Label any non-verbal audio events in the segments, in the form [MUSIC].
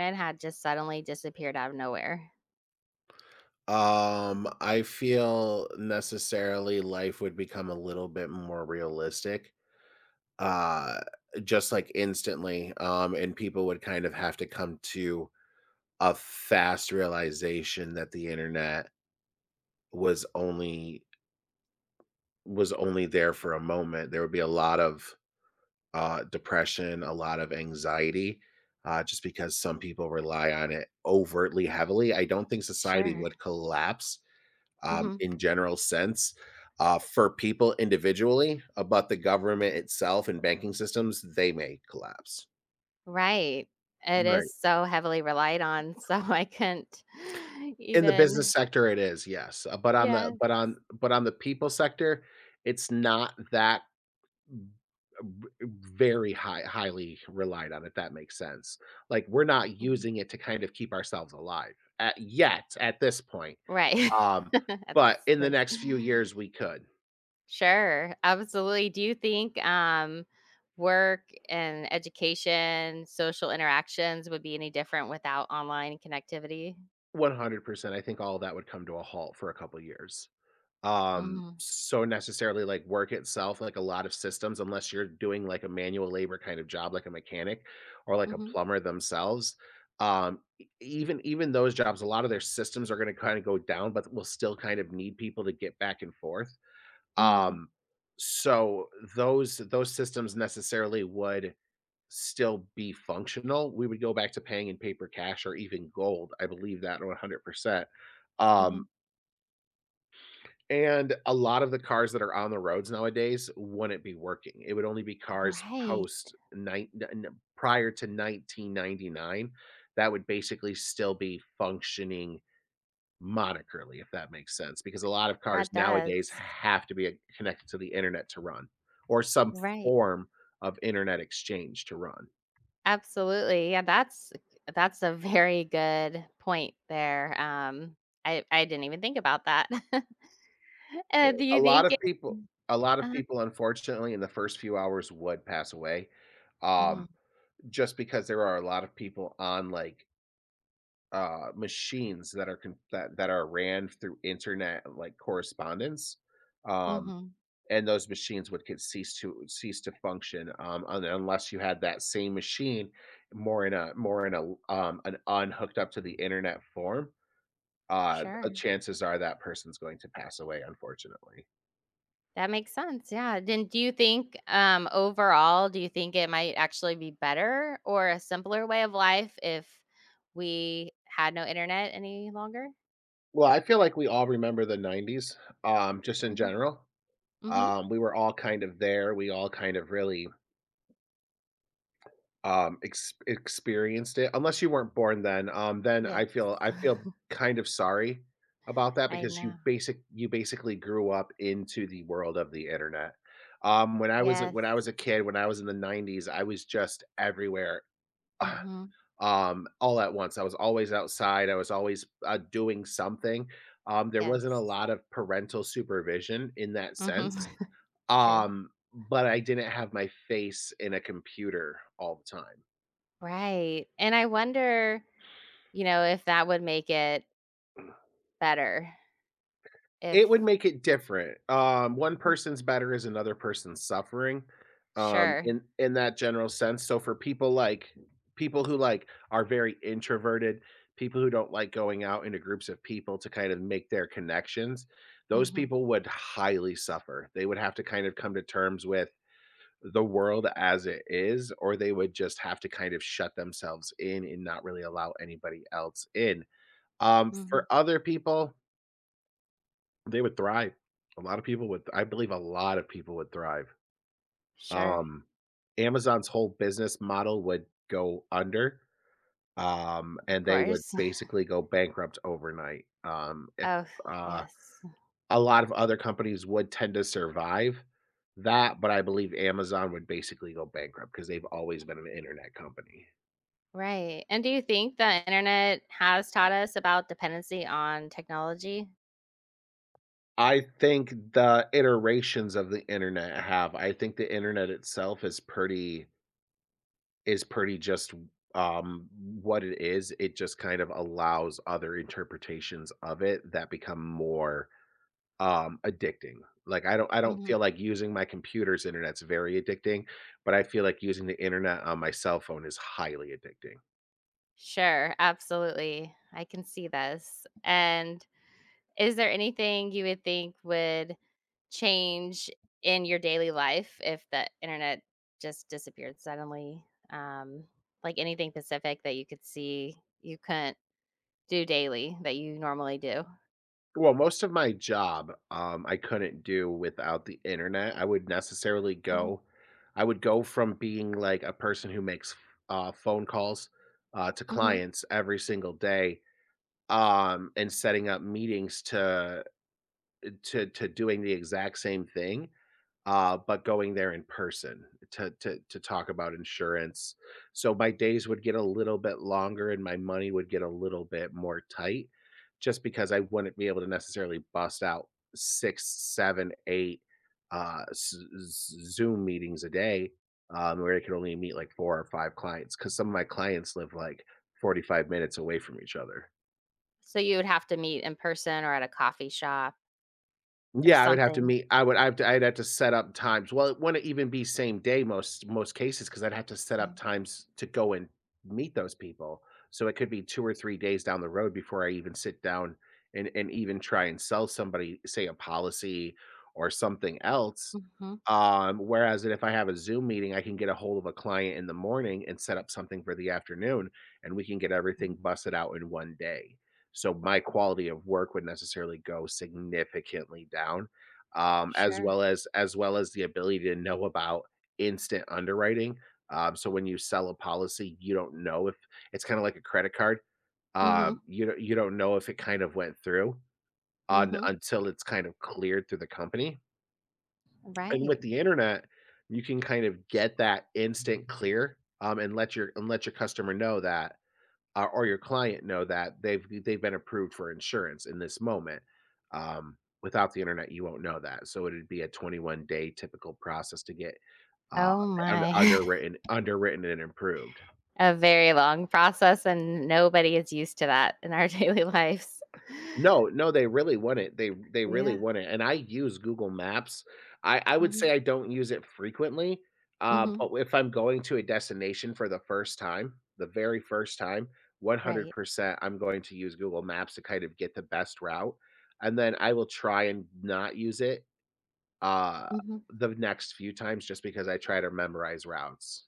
It had just suddenly disappeared out of nowhere. I feel necessarily life would become a little bit more realistic, uh, just like instantly. And people would kind of have to come to a fast realization that the internet was only was only there for a moment. There would be a lot of depression, a lot of anxiety, just because some people rely on it overtly heavily. I don't think society Sure. would collapse Mhm. in general sense for people individually, but the government itself and banking systems they may collapse. Right. It Right, is so heavily relied on, [LAUGHS] so I couldn't [LAUGHS] in the business even sector, it is yes, but on the Yes. But on the people sector, it's not that v- very high highly relied on. If that makes sense, like we're not Mhm. using it to kind of keep ourselves alive at, yet at this point. Right. Um, [LAUGHS] but That's in the like next few years, we could Sure, absolutely. Do you think, work and education, social interactions would be any different without online connectivity? 100%. I think all of that would come to a halt for a couple years. Mhm. So necessarily like work itself, like a lot of systems unless you're doing like a manual labor kind of job like a mechanic or like a Mhm. plumber themselves. Even those jobs, a lot of their systems are going to kind of go down, but we'll still kind of need people to get back and forth. Mhm. Um so those systems necessarily would still be functional. We would go back to paying in paper cash or even gold. I believe that 100%. um Mhm. and a lot of the cars that are on the roads nowadays wouldn't be working. It would only be cars Right. post nine prior to 1999 that would basically still be functioning monetarily, if that makes sense, because a lot of cars That nowadays does. have to be connected to the internet to run or some Right. form of internet exchange to run. Absolutely. Yeah, that's a very good point there. I didn't even think about that. [LAUGHS] Right. do you think it A lot of uh people, unfortunately, in the first few hours would pass away, um, Mhm, just because there are a lot of people on, like, machines that are con that that are ran through internet, like, correspondence, um, mhm. and those machines would get cease to cease to function, un unless you had that same machine more in a an unhooked up to the internet form, Sure. chances are that person's going to pass away, unfortunately. That makes sense, yeah. Then do you think, overall, do you think it might actually be better or a simpler way of life if we had no internet any longer? Well, I feel like we all remember the 90s, just in Mhm, general. mhm. We were all kind of there. We all kind of really experienced it, unless you weren't born then. Then Yes. I feel [LAUGHS] kind of sorry about that I because know. You basically grew up into the world of the internet. Yes. When I was a kid, when I was in the 90s, I was just everywhere. [LAUGHS] Mhm. All at once. I was always outside. I was always doing something. There wasn't a Yes. lot of parental supervision in that Mhm. sense, [LAUGHS] True. But I didn't have my face in a computer all the time. Right, and I wonder, if that would make it better It would if make it different. One Mhm. person's better is another person's suffering, Sure. In that general sense. So for people who like are very introverted, people who don't like going out into groups of people to kind of make their connections, those Mhm, people would highly suffer. They would have to kind of come to terms with the world as it is, or they would just have to kind of shut themselves in and not really allow anybody else in. For mhm. other people, they would thrive. A lot of people would I believe a lot of people would thrive. Sure, Um, Amazon's whole business model would go under, of and they would course. [LAUGHS] basically go bankrupt overnight. If, Oh, uh, yes. a lot of other companies would tend to survive that, but I believe Amazon would basically go bankrupt because 'cause they've always been an internet company. Right, and do you think the internet has taught us about dependency on technology? I think the internet itself is pretty just what it is. It just kind of allows other interpretations of it that become more addicting. Like I don't Mhm. feel like using my computer's internet's very addicting, but I feel like using the internet on my cell phone is highly addicting. Sure, absolutely. I can see this, and is there anything you would think would change in your daily life if the internet just disappeared suddenly? Um, like anything specific that you could see you couldn't do daily that you normally do? Well, most of my job, I couldn't do without the internet. Hmm. I would go from being like a person who makes phone calls to Hmm. clients every single day, and setting up meetings to doing the exact same thing, but going there in person to talk about insurance. So my days would get a little bit longer and my money would get a little bit more tight just because I wouldn't be able to necessarily bust out six, seven, eight uh, s- Zoom meetings a day, where I could only meet like four or five clients because some of my clients live like 45 minutes away from each other. So you would have to meet in person or at a coffee shop or Yeah, I would have to something. meet I would I have I'd have to set up times. Well, it wouldn't even be same day most cases because 'cause I'd have to set up Mm. times to go and meet those people. So it could be 2 or 3 days down the road before I even sit down and even try and sell somebody, say, a policy or something else. Mm-hmm. Whereas if I have a Zoom meeting, I can get a hold of a client in the morning and set up something for the afternoon, and we can get everything busted out in 1 day. So my quality of work would necessarily go significantly down, Sure. As well as the ability to know about instant underwriting. So when you sell a policy, you don't know if it's kind of like a credit card. Mm-hmm. You don't know if it kind of went through on Mm-hmm. until it's kind of cleared through the company. And with Right. the internet, you can kind of get that instant clear, and let your customer know that, or your client know that they've been approved for insurance in this moment. Um, Without the internet, you won't know that. So it'd be a 21-day typical process to get uh, Oh my. [LAUGHS] Underwritten and improved. A very long process and nobody is used to that in our [LAUGHS] daily lives. No, they really wouldn't, they really Yeah. wouldn't, and I use Google Maps. I would Hmm. say I don't use it frequently, but Hmm. if I'm going to a destination for the first time, the very first time, Right. 100% I'm going to use Google Maps to kind of get the best route, and then I will try and not use it, uh, Hmm. the next few times just because I try to memorize routes.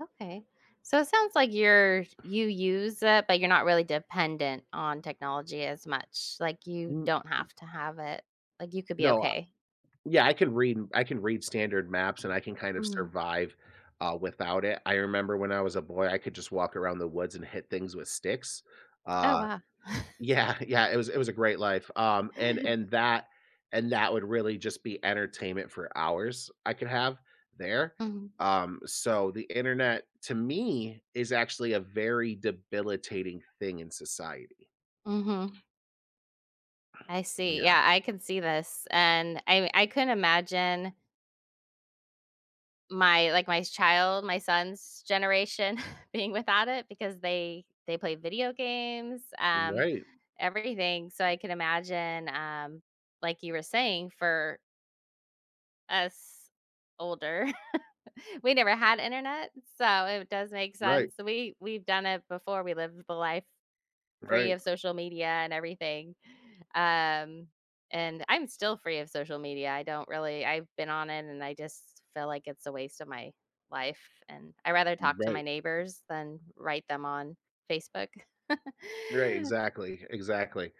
Okay. So it sounds like you use it, but you're not really dependent on technology as much. Like you N don't have to have it. Like you could be no, okay. yeah, I can read standard maps and I can kind of Mhm. survive, without it. I remember when I was a boy, I could just walk around the woods and hit things with sticks. Oh Uh, wow. [LAUGHS] Yeah, it was a great life. [LAUGHS] And that would really just be entertainment for hours I could have there. Hmm. So the internet to me is actually a very debilitating thing in society. Hmm. I see. Yeah. Yeah, I can see this, and I couldn't imagine my like, my child, my son's generation [LAUGHS] being without it because they play video games, Right. everything, so I can imagine, like you were saying, for us older, [LAUGHS] we never had internet, so it does make Right. sense. We've done it before, we lived the life free Right. of social media and everything. Um, and I'm still free of social media. I don't really I've been on it and I just feel like it's a waste of my life and I rather talk to my Right. neighbors than write them on Facebook. [LAUGHS] Right, exactly.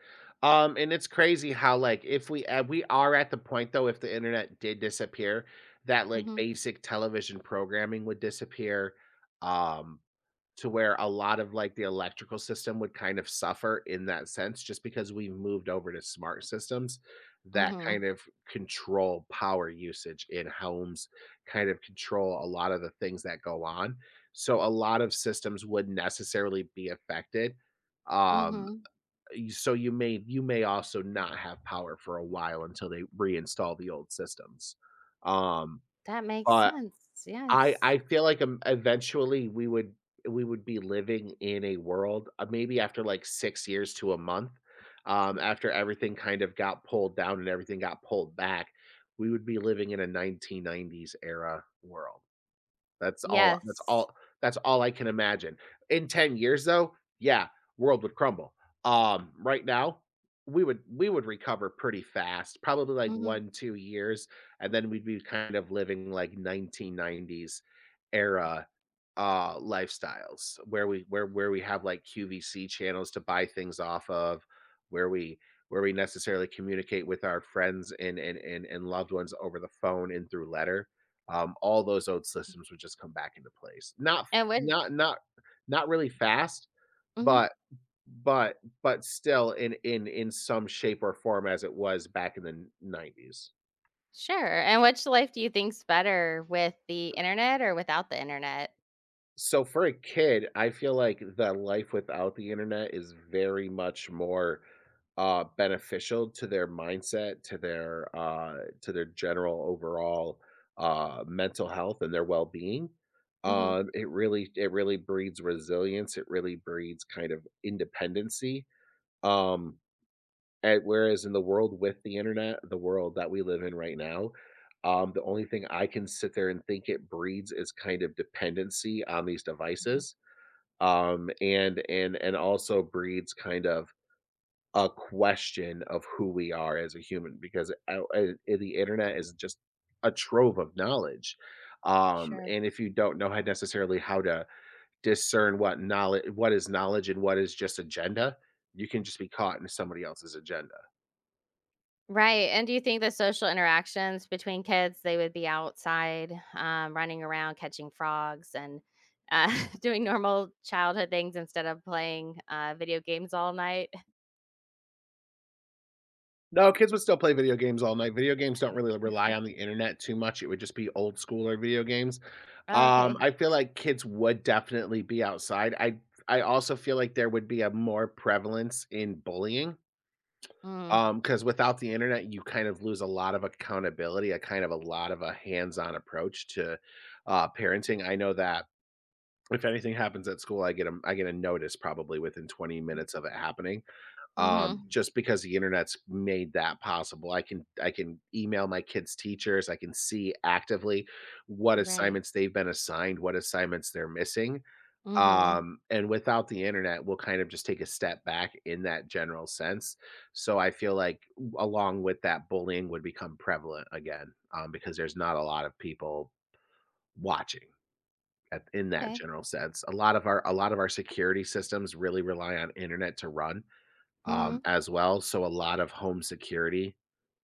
And it's crazy how, like, if we, we are at the point though, if the internet did disappear, that like Mhm, basic television programming would disappear. Um, to where a lot of, like, the electrical system would kind of suffer in that sense just because we've moved over to smart systems that mhm, kind of control power usage in homes, kind of control a lot of the things that go on. So a lot of systems would necessarily be affected. um mhm. So you may, also not have power for a while until they reinstall the old systems. um That makes but sense. Yes. I feel like, eventually we would, be living in a world, maybe after, like, 6 years to a month, Mhm. after everything kind of got pulled down and everything got pulled back, we would be living in a 1990s era world. Yes. That's all I can imagine. In 10 years though, yeah, world would crumble. Right now, we would recover pretty fast, probably like Mhm. 1, 2 years, and then we'd be kind of living like 1990s era lifestyles where we have like QVC channels to buy things off of, where we where we necessarily communicate with our friends and and loved ones over the phone and through letter. All those old systems would just come back into place. And which not not Not really fast, Mhm, but but but still in some shape or form as it was back in the 90s. sure. And which life do you think's better with the internet or without the internet? So for a kid, I feel like the life without the internet is very much more beneficial to their mindset, to their general overall mental health and their well being. Mhm, It really it really breeds resilience. It really breeds kind of independency. Um, and whereas in the world with the internet, the world that we live in right now, the only thing I can sit there and think it breeds is kind of dependency on these mhm. devices, and also breeds kind of a question of who we are as a human, because the internet is just a trove of knowledge. um Sure. and if you don't know how necessarily how to discern what knowledge what is knowledge and what is just agenda, you can just be caught in somebody else's agenda. Right, and do you think the social interactions between kids, they would be outside, running around, catching frogs, and, uh, [LAUGHS] doing normal childhood things instead of playing, video games all night? No, kids would still play video games all night. Video games don't really rely on the internet too much. It would just be old schooler video games. Oh, okay. I feel like kids would definitely be outside. I also feel like there would be a more prevalence in bullying. Mm. Because without the internet, you kind of lose a lot of accountability, a kind of a lot of a hands-on approach to parenting. I know that if anything happens at school, I get a notice probably within 20 minutes of it happening, Mhm. just because the internet's made that possible. I can email my kids' teachers. I can see actively what Right. assignments they've been assigned, what assignments they're missing. Mhm. And without the internet, we'll kind of just take a step back in that general sense. So I feel like along with that, bullying would become prevalent again, because there's not a lot of people watching. At, in that Okay. general sense, a lot of our security systems really rely on internet to run, Mhm. as well. So a lot of home security,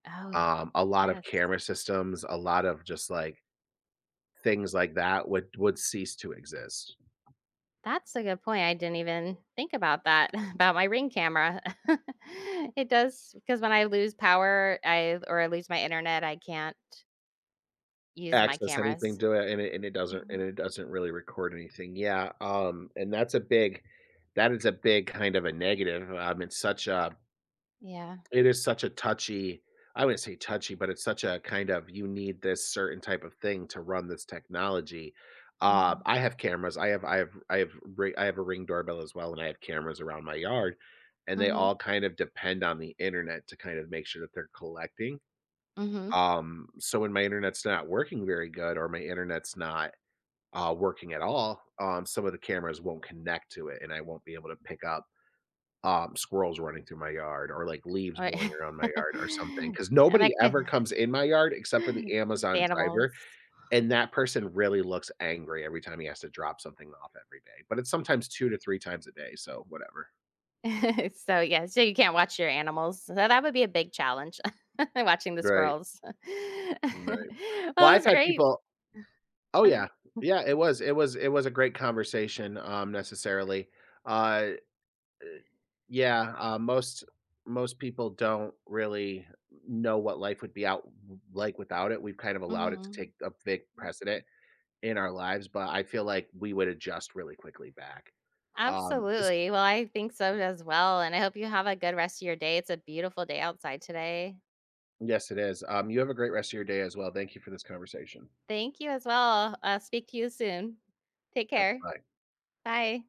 Oh, a lot of yes. camera systems, a lot of just like things like that would cease to exist. That's a good point, I didn't even think about that, [LAUGHS] about my Ring camera. [LAUGHS] It does because when I lose power, I lose my internet, I can't use my Access anything cameras. to it, and it doesn't and Mhm. it doesn't really record anything. Yeah, and that's a big, that is a big kind of a negative. It's such a Yeah. it is such a touchy, I wouldn't say touchy, but it's such a kind of you need this certain type of thing to run this technology. Mhm. I have cameras. I have a ring doorbell as well, and I have cameras around my yard, and they Mhm. all kind of depend on the internet to kind of make sure that they're collecting. Mhm. So when my internet's not working very good, or my internet's not working at all, some of the cameras won't connect to it, and I won't be able to pick up, squirrels running through my yard or, like, leaves Right. blowing around my yard or something. [LAUGHS] Because And I nobody could ever comes in my yard [LAUGHS] except for the the Amazon driver, animals. and that person really looks angry every time he has to drop something off every day, but it's sometimes 2 to 3 times a day, so whatever. [LAUGHS] So, yeah, so you can't watch your animals. So that would be a big challenge, [LAUGHS] watching the Right, squirrels. [LAUGHS] right. Well, Well, it I've was had great. people. Oh, Uh, yeah. Yeah, it was a great conversation, necessarily. Uh Yeah, most people don't really know what life would be out like without it. We've kind of allowed it to mhm. take a big precedent in our lives, but I feel like we would adjust really quickly back. Um, this, Absolutely. Well, I think so as well, and I hope you have a good rest of your day. It's a beautiful day outside today. yes, it is. You have a great rest of your day as well. Thank you for this conversation. Thank you as well. Speak to you soon. Take Yep, care. bye. Bye.